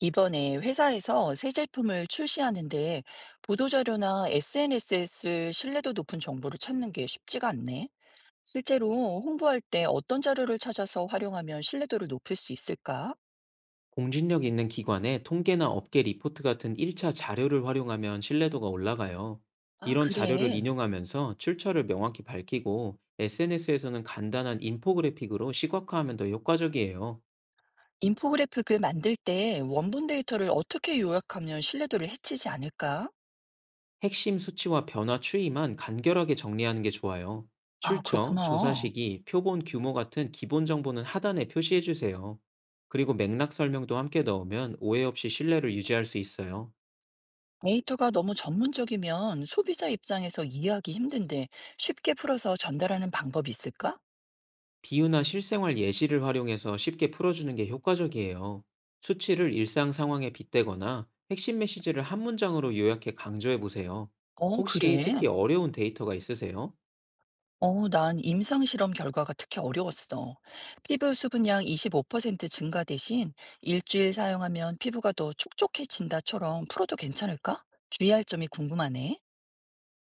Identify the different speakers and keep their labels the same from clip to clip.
Speaker 1: 이번에 회사에서 새 제품을 출시하는데 보도자료나 SNS에 쓸 신뢰도 높은 정보를 찾는 게 쉽지가 않네. 실제로 홍보할 때 어떤 자료를 찾아서 활용하면 신뢰도를 높일 수 있을까?
Speaker 2: 공신력 있는 기관의 통계나 업계 리포트 같은 1차 자료를 활용하면 신뢰도가 올라가요.
Speaker 1: 아,
Speaker 2: 이런 자료를
Speaker 1: 그래.
Speaker 2: 인용하면서 출처를 명확히 밝히고 SNS에서는 간단한 인포그래픽으로 시각화하면 더 효과적이에요.
Speaker 1: 인포그래픽을 만들 때 원본 데이터를 어떻게 요약하면 신뢰도를 해치지 않을까?
Speaker 2: 핵심 수치와 변화 추이만 간결하게 정리하는 게 좋아요.
Speaker 1: 아,
Speaker 2: 출처, 조사
Speaker 1: 그렇구나.
Speaker 2: 시기, 표본 규모 같은 기본 정보는 하단에 표시해 주세요. 그리고 맥락 설명도 함께 넣으면 오해 없이 신뢰를 유지할 수 있어요.
Speaker 1: 데이터가 너무 전문적이면 소비자 입장에서 이해하기 힘든데 쉽게 풀어서 전달하는 방법이 있을까?
Speaker 2: 비유나 실생활 예시를 활용해서 쉽게 풀어주는 게 효과적이에요. 수치를 일상 상황에 빗대거나 핵심 메시지를 한 문장으로 요약해 강조해 보세요.
Speaker 1: 어,
Speaker 2: 혹시 특히
Speaker 1: 그래.
Speaker 2: 어려운 데이터가 있으세요?
Speaker 1: 어, 난 임상 실험 결과가 특히 어려웠어. 피부 수분량 25% 증가 대신 일주일 사용하면 피부가 더 촉촉해진다처럼 풀어도 괜찮을까? 주의할 점이 궁금하네.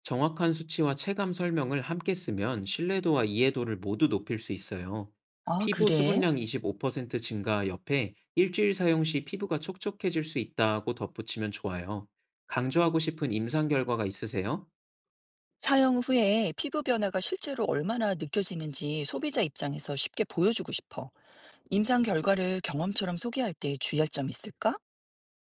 Speaker 2: 정확한 수치와 체감 설명을 함께 쓰면 신뢰도와 이해도를 모두 높일 수 있어요.
Speaker 1: 아,
Speaker 2: 피부
Speaker 1: 그래?
Speaker 2: 수분량 25% 증가 옆에 일주일 사용 시 피부가 촉촉해질 수 있다고 덧붙이면 좋아요. 강조하고 싶은 임상 결과가 있으세요?
Speaker 1: 사용 후에 피부 변화가 실제로 얼마나 느껴지는지 소비자 입장에서 쉽게 보여주고 싶어. 임상 결과를 경험처럼 소개할 때 주의할 점 있을까?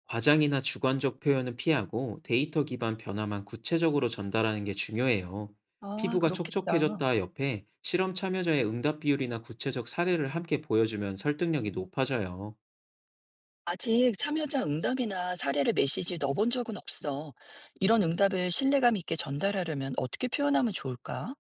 Speaker 2: 과장이나 주관적 표현은 피하고 데이터 기반 변화만 구체적으로 전달하는 게 중요해요.
Speaker 1: 아,
Speaker 2: 피부가
Speaker 1: 그렇겠다.
Speaker 2: 촉촉해졌다 옆에 실험 참여자의 응답 비율이나 구체적 사례를 함께 보여주면 설득력이 높아져요.
Speaker 1: 아직 참여자 응답이나 사례를 메시지에 넣어본 적은 없어. 이런 응답을 신뢰감 있게 전달하려면 어떻게 표현하면 좋을까?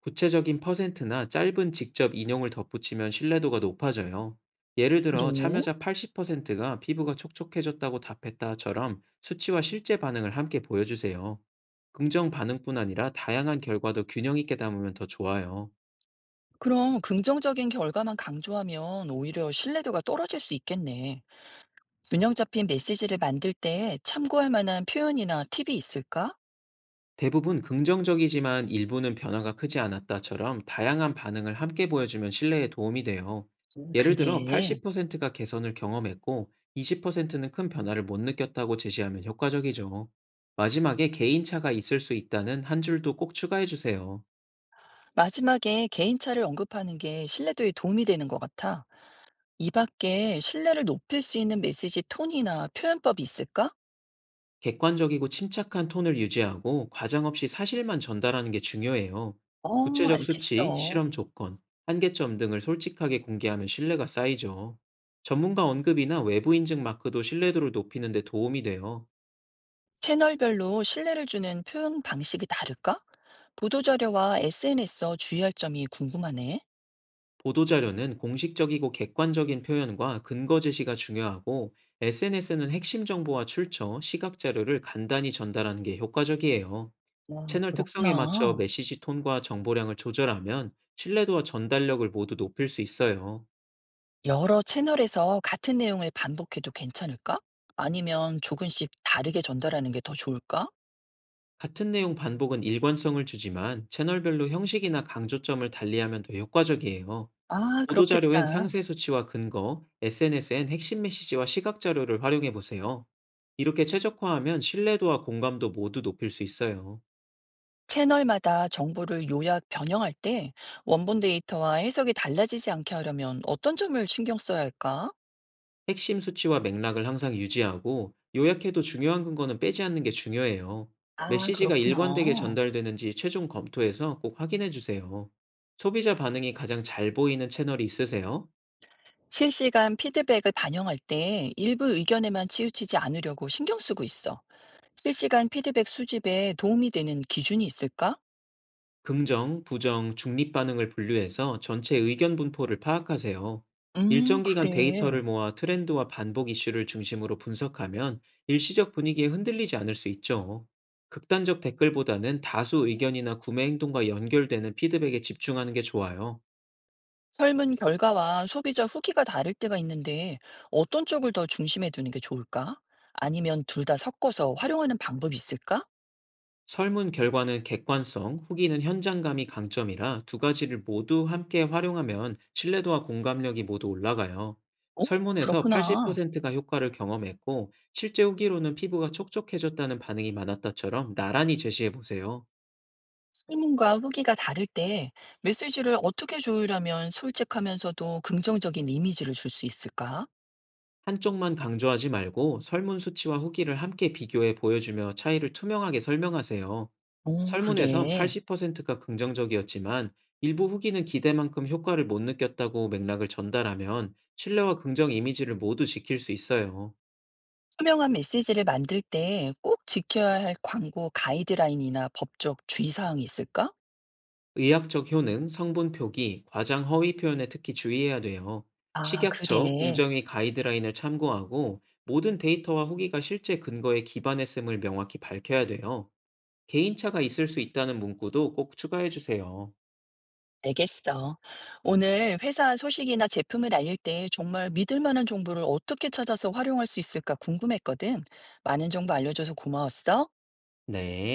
Speaker 2: 구체적인 퍼센트나 짧은 직접 인용을 덧붙이면 신뢰도가 높아져요. 예를 들어
Speaker 1: 그래?
Speaker 2: 참여자 80%가 피부가 촉촉해졌다고 답했다처럼 수치와 실제 반응을 함께 보여주세요. 긍정 반응뿐 아니라 다양한 결과도 균형 있게 담으면 더 좋아요.
Speaker 1: 그럼 긍정적인 결과만 강조하면 오히려 신뢰도가 떨어질 수 있겠네. 균형 잡힌 메시지를 만들 때 참고할 만한 표현이나 팁이 있을까?
Speaker 2: 대부분 긍정적이지만 일부는 변화가 크지 않았다처럼 다양한 반응을 함께 보여주면 신뢰에 도움이 돼요. 예를 들어
Speaker 1: 그래.
Speaker 2: 80%가 개선을 경험했고 20%는 큰 변화를 못 느꼈다고 제시하면 효과적이죠. 마지막에 개인차가 있을 수 있다는 한 줄도 꼭 추가해 주세요.
Speaker 1: 마지막에 개인차를 언급하는 게 신뢰도에 도움이 되는 것 같아. 이 밖에 신뢰를 높일 수 있는 메시지 톤이나 표현법이 있을까?
Speaker 2: 객관적이고 침착한 톤을 유지하고 과장 없이 사실만 전달하는 게 중요해요.
Speaker 1: 어,
Speaker 2: 구체적 수치,
Speaker 1: 알겠어.
Speaker 2: 실험 조건, 한계점 등을 솔직하게 공개하면 신뢰가 쌓이죠. 전문가 언급이나 외부 인증 마크도 신뢰도를 높이는 데 도움이 돼요.
Speaker 1: 채널별로 신뢰를 주는 표현 방식이 다를까? 보도자료와 SNS 에 주의할 점이 궁금하네.
Speaker 2: 보도자료는 공식적이고 객관적인 표현과 근거 제시가 중요하고 SNS는 핵심 정보와 출처, 시각 자료를 간단히 전달하는 게 효과적이에요.
Speaker 1: 아,
Speaker 2: 채널 특성에 맞춰
Speaker 1: 그렇구나.
Speaker 2: 메시지 톤과 정보량을 조절하면 신뢰도와 전달력을 모두 높일 수 있어요.
Speaker 1: 여러 채널에서 같은 내용을 반복해도 괜찮을까? 아니면 조금씩 다르게 전달하는 게 더 좋을까?
Speaker 2: 같은 내용 반복은 일관성을 주지만 채널별로 형식이나 강조점을 달리하면 더 효과적이에요.
Speaker 1: 아,
Speaker 2: 보도자료엔
Speaker 1: 그렇겠다.
Speaker 2: 상세 수치와 근거, SNS엔 핵심 메시지와 시각 자료를 활용해 보세요. 이렇게 최적화하면 신뢰도와 공감도 모두 높일 수 있어요.
Speaker 1: 채널마다 정보를 요약, 변형할 때 원본 데이터와 해석이 달라지지 않게 하려면 어떤 점을 신경 써야 할까?
Speaker 2: 핵심 수치와 맥락을 항상 유지하고 요약해도 중요한 근거는 빼지 않는 게 중요해요.
Speaker 1: 아,
Speaker 2: 메시지가
Speaker 1: 그렇구나.
Speaker 2: 일관되게 전달되는지 최종 검토해서 꼭 확인해 주세요. 소비자 반응이 가장 잘 보이는 채널이 있으세요?
Speaker 1: 실시간 피드백을 반영할 때 일부 의견에만 치우치지 않으려고 신경 쓰고 있어. 실시간 피드백 수집에 도움이 되는 기준이 있을까?
Speaker 2: 긍정, 부정, 중립 반응을 분류해서 전체 의견 분포를 파악하세요. 일정 기간
Speaker 1: 그래.
Speaker 2: 데이터를 모아 트렌드와 반복 이슈를 중심으로 분석하면 일시적 분위기에 흔들리지 않을 수 있죠. 극단적 댓글보다는 다수 의견이나 구매 행동과 연결되는 피드백에 집중하는 게 좋아요.
Speaker 1: 설문 결과와 소비자 후기가 다를 때가 있는데 어떤 쪽을 더 중심에 두는 게 좋을까? 아니면 둘 다 섞어서 활용하는 방법이 있을까?
Speaker 2: 설문 결과는 객관성, 후기는 현장감이 강점이라 두 가지를 모두 함께 활용하면 신뢰도와 공감력이 모두 올라가요.
Speaker 1: 오,
Speaker 2: 설문에서
Speaker 1: 그렇구나.
Speaker 2: 80%가 효과를 경험했고 실제 후기로는 피부가 촉촉해졌다는 반응이 많았다처럼 나란히 제시해 보세요.
Speaker 1: 설문과 후기가 다를 때 메시지를 어떻게 조율하면 솔직하면서도 긍정적인 이미지를 줄 수 있을까?
Speaker 2: 한쪽만 강조하지 말고 설문 수치와 후기를 함께 비교해 보여주며 차이를 투명하게 설명하세요.
Speaker 1: 오,
Speaker 2: 설문에선
Speaker 1: 그래.
Speaker 2: 80%가 긍정적이었지만 일부 후기는 기대만큼 효과를 못 느꼈다고 맥락을 전달하면 신뢰와 긍정 이미지를 모두 지킬 수 있어요.
Speaker 1: 투명한 메시지를 만들 때 꼭 지켜야 할 광고 가이드라인이나 법적 주의사항이 있을까?
Speaker 2: 의학적 효능, 성분 표기, 과장 허위 표현에 특히 주의해야 돼요.
Speaker 1: 아,
Speaker 2: 식약처
Speaker 1: 그래.
Speaker 2: 공정위 가이드라인을 참고하고 모든 데이터와 후기가 실제 근거에 기반했음을 명확히 밝혀야 돼요. 개인차가 있을 수 있다는 문구도 꼭 추가해 주세요.
Speaker 1: 알겠어. 오늘 회사 소식이나 제품을 알릴 때 정말 믿을 만한 정보를 어떻게 찾아서 활용할 수 있을까 궁금했거든. 많은 정보 알려줘서 고마웠어.
Speaker 2: 네.